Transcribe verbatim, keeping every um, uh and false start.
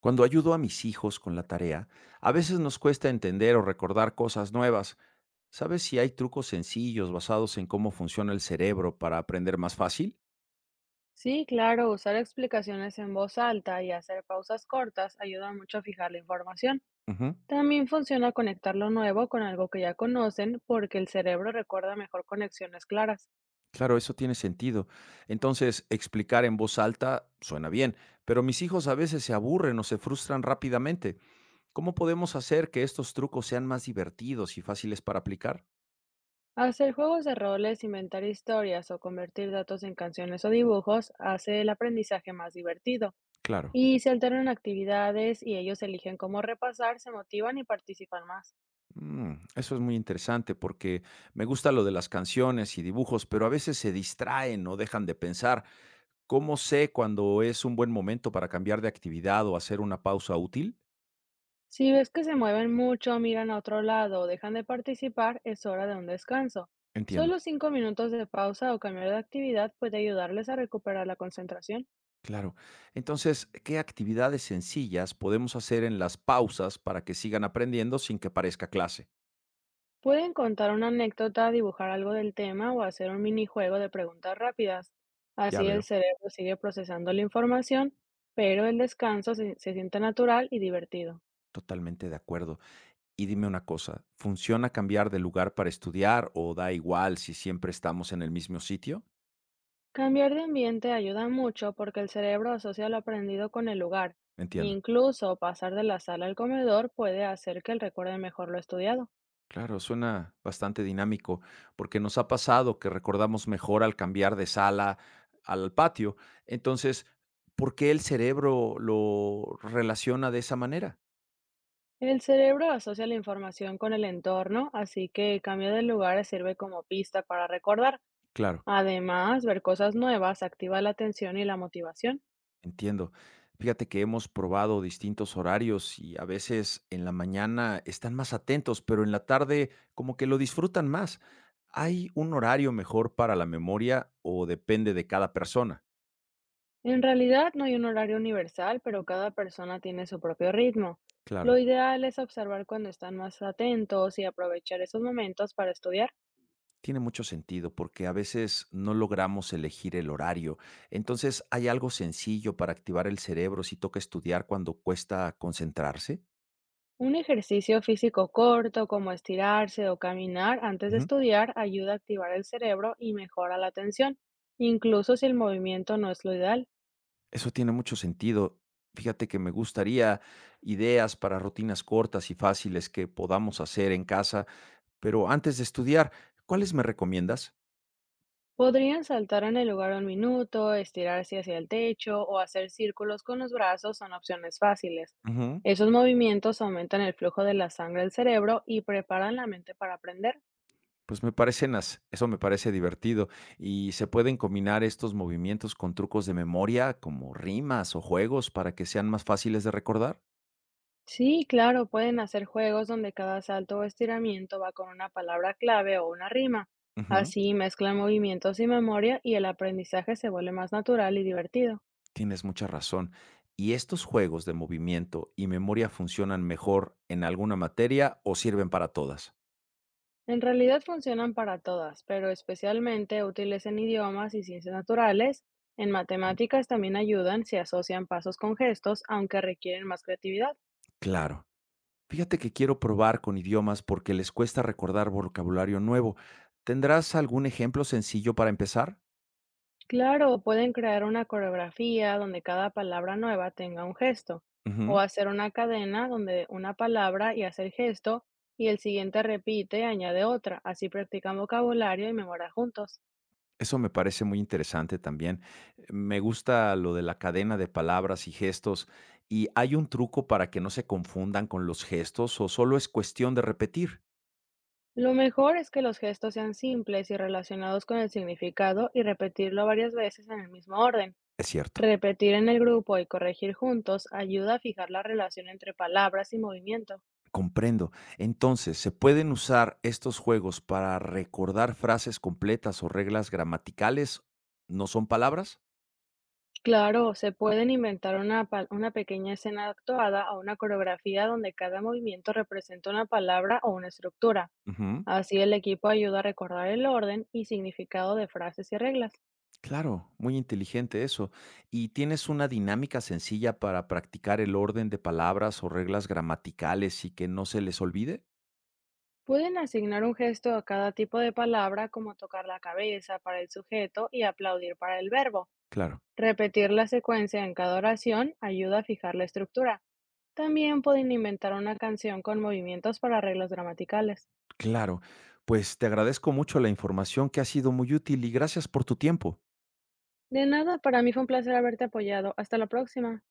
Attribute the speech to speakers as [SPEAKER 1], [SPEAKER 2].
[SPEAKER 1] Cuando ayudo a mis hijos con la tarea, a veces nos cuesta entender o recordar cosas nuevas. ¿Sabes si hay trucos sencillos basados en cómo funciona el cerebro para aprender más fácil?
[SPEAKER 2] Sí, claro, usar explicaciones en voz alta y hacer pausas cortas ayuda mucho a fijar la información.
[SPEAKER 1] Ujú.
[SPEAKER 2] También funciona conectar lo nuevo con algo que ya conocen porque el cerebro recuerda mejor conexiones claras.
[SPEAKER 1] Claro, eso tiene sentido. Entonces, explicar en voz alta suena bien, pero mis hijos a veces se aburren o se frustran rápidamente. ¿Cómo podemos hacer que estos trucos sean más divertidos y fáciles para aplicar?
[SPEAKER 2] Hacer juegos de roles, inventar historias o convertir datos en canciones o dibujos hace el aprendizaje más divertido.
[SPEAKER 1] Claro.
[SPEAKER 2] Y se alternan actividades y ellos eligen cómo repasar, se motivan y participan más.
[SPEAKER 1] Mm, eso es muy interesante porque me gusta lo de las canciones y dibujos, pero a veces se distraen o dejan de pensar. ¿Cómo sé cuando es un buen momento para cambiar de actividad o hacer una pausa útil?
[SPEAKER 2] Si ves que se mueven mucho, miran a otro lado o dejan de participar, es hora de un descanso.
[SPEAKER 1] Entiendo.
[SPEAKER 2] Solo cinco minutos de pausa o cambiar de actividad puede ayudarles a recuperar la concentración.
[SPEAKER 1] Claro. Entonces, ¿qué actividades sencillas podemos hacer en las pausas para que sigan aprendiendo sin que parezca clase?
[SPEAKER 2] Pueden contar una anécdota, dibujar algo del tema o hacer un minijuego de preguntas rápidas.
[SPEAKER 1] Ya
[SPEAKER 2] Así el
[SPEAKER 1] veo.
[SPEAKER 2] cerebro sigue procesando la información, pero el descanso se, se siente natural y divertido.
[SPEAKER 1] Totalmente de acuerdo. Y dime una cosa, ¿funciona cambiar de lugar para estudiar o da igual si siempre estamos en el mismo sitio?
[SPEAKER 2] Cambiar de ambiente ayuda mucho porque el cerebro asocia lo aprendido con el lugar.
[SPEAKER 1] Entiendo.
[SPEAKER 2] Incluso pasar de la sala al comedor puede hacer que él recuerde mejor lo estudiado.
[SPEAKER 1] Claro, suena bastante dinámico, porque nos ha pasado que recordamos mejor al cambiar de sala al patio. Entonces, ¿por qué el cerebro lo relaciona de esa manera?
[SPEAKER 2] El cerebro asocia la información con el entorno, así que el cambio de lugar sirve como pista para recordar.
[SPEAKER 1] Claro,
[SPEAKER 2] Además, ver cosas nuevas activa la atención y la motivación.
[SPEAKER 1] entiendo. Fíjate que hemos probado distintos horarios y a veces en la mañana están más atentos, pero en la tarde como que lo disfrutan más. ¿Hay un horario mejor para la memoria o depende de cada persona?
[SPEAKER 2] En realidad no hay un horario universal, pero cada persona tiene su propio ritmo. Lo
[SPEAKER 1] Claro.
[SPEAKER 2] ideal es observar cuando están más atentos y aprovechar esos momentos para estudiar.
[SPEAKER 1] Tiene mucho sentido porque a veces no logramos elegir el horario. Entonces, ¿hay algo sencillo para activar el cerebro si toca estudiar cuando cuesta concentrarse?
[SPEAKER 2] Un ejercicio físico corto, como estirarse o caminar antes de
[SPEAKER 1] Ujú.
[SPEAKER 2] estudiar, ayuda a activar el cerebro y mejora la atención, incluso si el movimiento no es lo ideal.
[SPEAKER 1] Eso tiene mucho sentido. Fíjate que me gustaría ideas para rutinas cortas y fáciles que podamos hacer en casa, pero antes de estudiar, ¿cuáles me recomiendas?
[SPEAKER 2] Podrían saltar en el lugar un minuto, estirarse hacia el techo o hacer círculos con los brazos son opciones fáciles.
[SPEAKER 1] Ujú.
[SPEAKER 2] Esos movimientos aumentan el flujo de la sangre al cerebro y preparan la mente para aprender.
[SPEAKER 1] Pues me parecen as eso me parece divertido. ¿Y se pueden combinar estos movimientos con trucos de memoria, como rimas o juegos, para que sean más fáciles de recordar?
[SPEAKER 2] Sí, claro, pueden hacer juegos donde cada salto o estiramiento va con una palabra clave o una rima.
[SPEAKER 1] Ujú,
[SPEAKER 2] Así mezclan movimientos y memoria y el aprendizaje se vuelve más natural y divertido.
[SPEAKER 1] tienes mucha razón. ¿Y estos juegos de movimiento y memoria funcionan mejor en alguna materia o sirven para todas?
[SPEAKER 2] En realidad funcionan para todas, pero especialmente útiles en idiomas y ciencias naturales. En matemáticas también ayudan si asocian pasos con gestos, aunque requieren más creatividad.
[SPEAKER 1] Claro. Fíjate que quiero probar con idiomas porque les cuesta recordar vocabulario nuevo. ¿Tendrás algún ejemplo sencillo para empezar?
[SPEAKER 2] Claro, pueden crear una coreografía donde cada palabra nueva tenga un gesto, o
[SPEAKER 1] Ujú.
[SPEAKER 2] hacer una cadena donde una palabra y hace el gesto y el siguiente repite, y añade otra, así practican vocabulario y memoria juntos.
[SPEAKER 1] Eso me parece muy interesante también. Me gusta lo de la cadena de palabras y gestos. ¿Y hay un truco para que no se confundan con los gestos o solo es cuestión de repetir?
[SPEAKER 2] Lo mejor es que los gestos sean simples y relacionados con el significado y repetirlo varias veces en el mismo orden.
[SPEAKER 1] Es cierto,
[SPEAKER 2] Repetir en el grupo y corregir juntos ayuda a fijar la relación entre palabras y movimiento.
[SPEAKER 1] comprendo. Entonces, ¿se pueden usar estos juegos para recordar frases completas o reglas gramaticales? ¿No son palabras?
[SPEAKER 2] Claro, se pueden inventar una, pa- una pequeña escena actuada o una coreografía donde cada movimiento representa una palabra o una estructura.
[SPEAKER 1] Ujú.
[SPEAKER 2] Así el equipo ayuda a recordar el orden y significado de frases y reglas.
[SPEAKER 1] Claro, muy inteligente eso. ¿Y tienes una dinámica sencilla para practicar el orden de palabras o reglas gramaticales y que no se les olvide?
[SPEAKER 2] Pueden asignar un gesto a cada tipo de palabra, como tocar la cabeza para el sujeto y aplaudir para el verbo.
[SPEAKER 1] Claro,
[SPEAKER 2] Repetir la secuencia en cada oración ayuda a fijar la estructura. También pueden inventar una canción con movimientos para reglas gramaticales.
[SPEAKER 1] claro. Pues te agradezco mucho la información que ha sido muy útil y gracias por tu tiempo.
[SPEAKER 2] De nada, para mí fue un placer haberte apoyado. Hasta la próxima.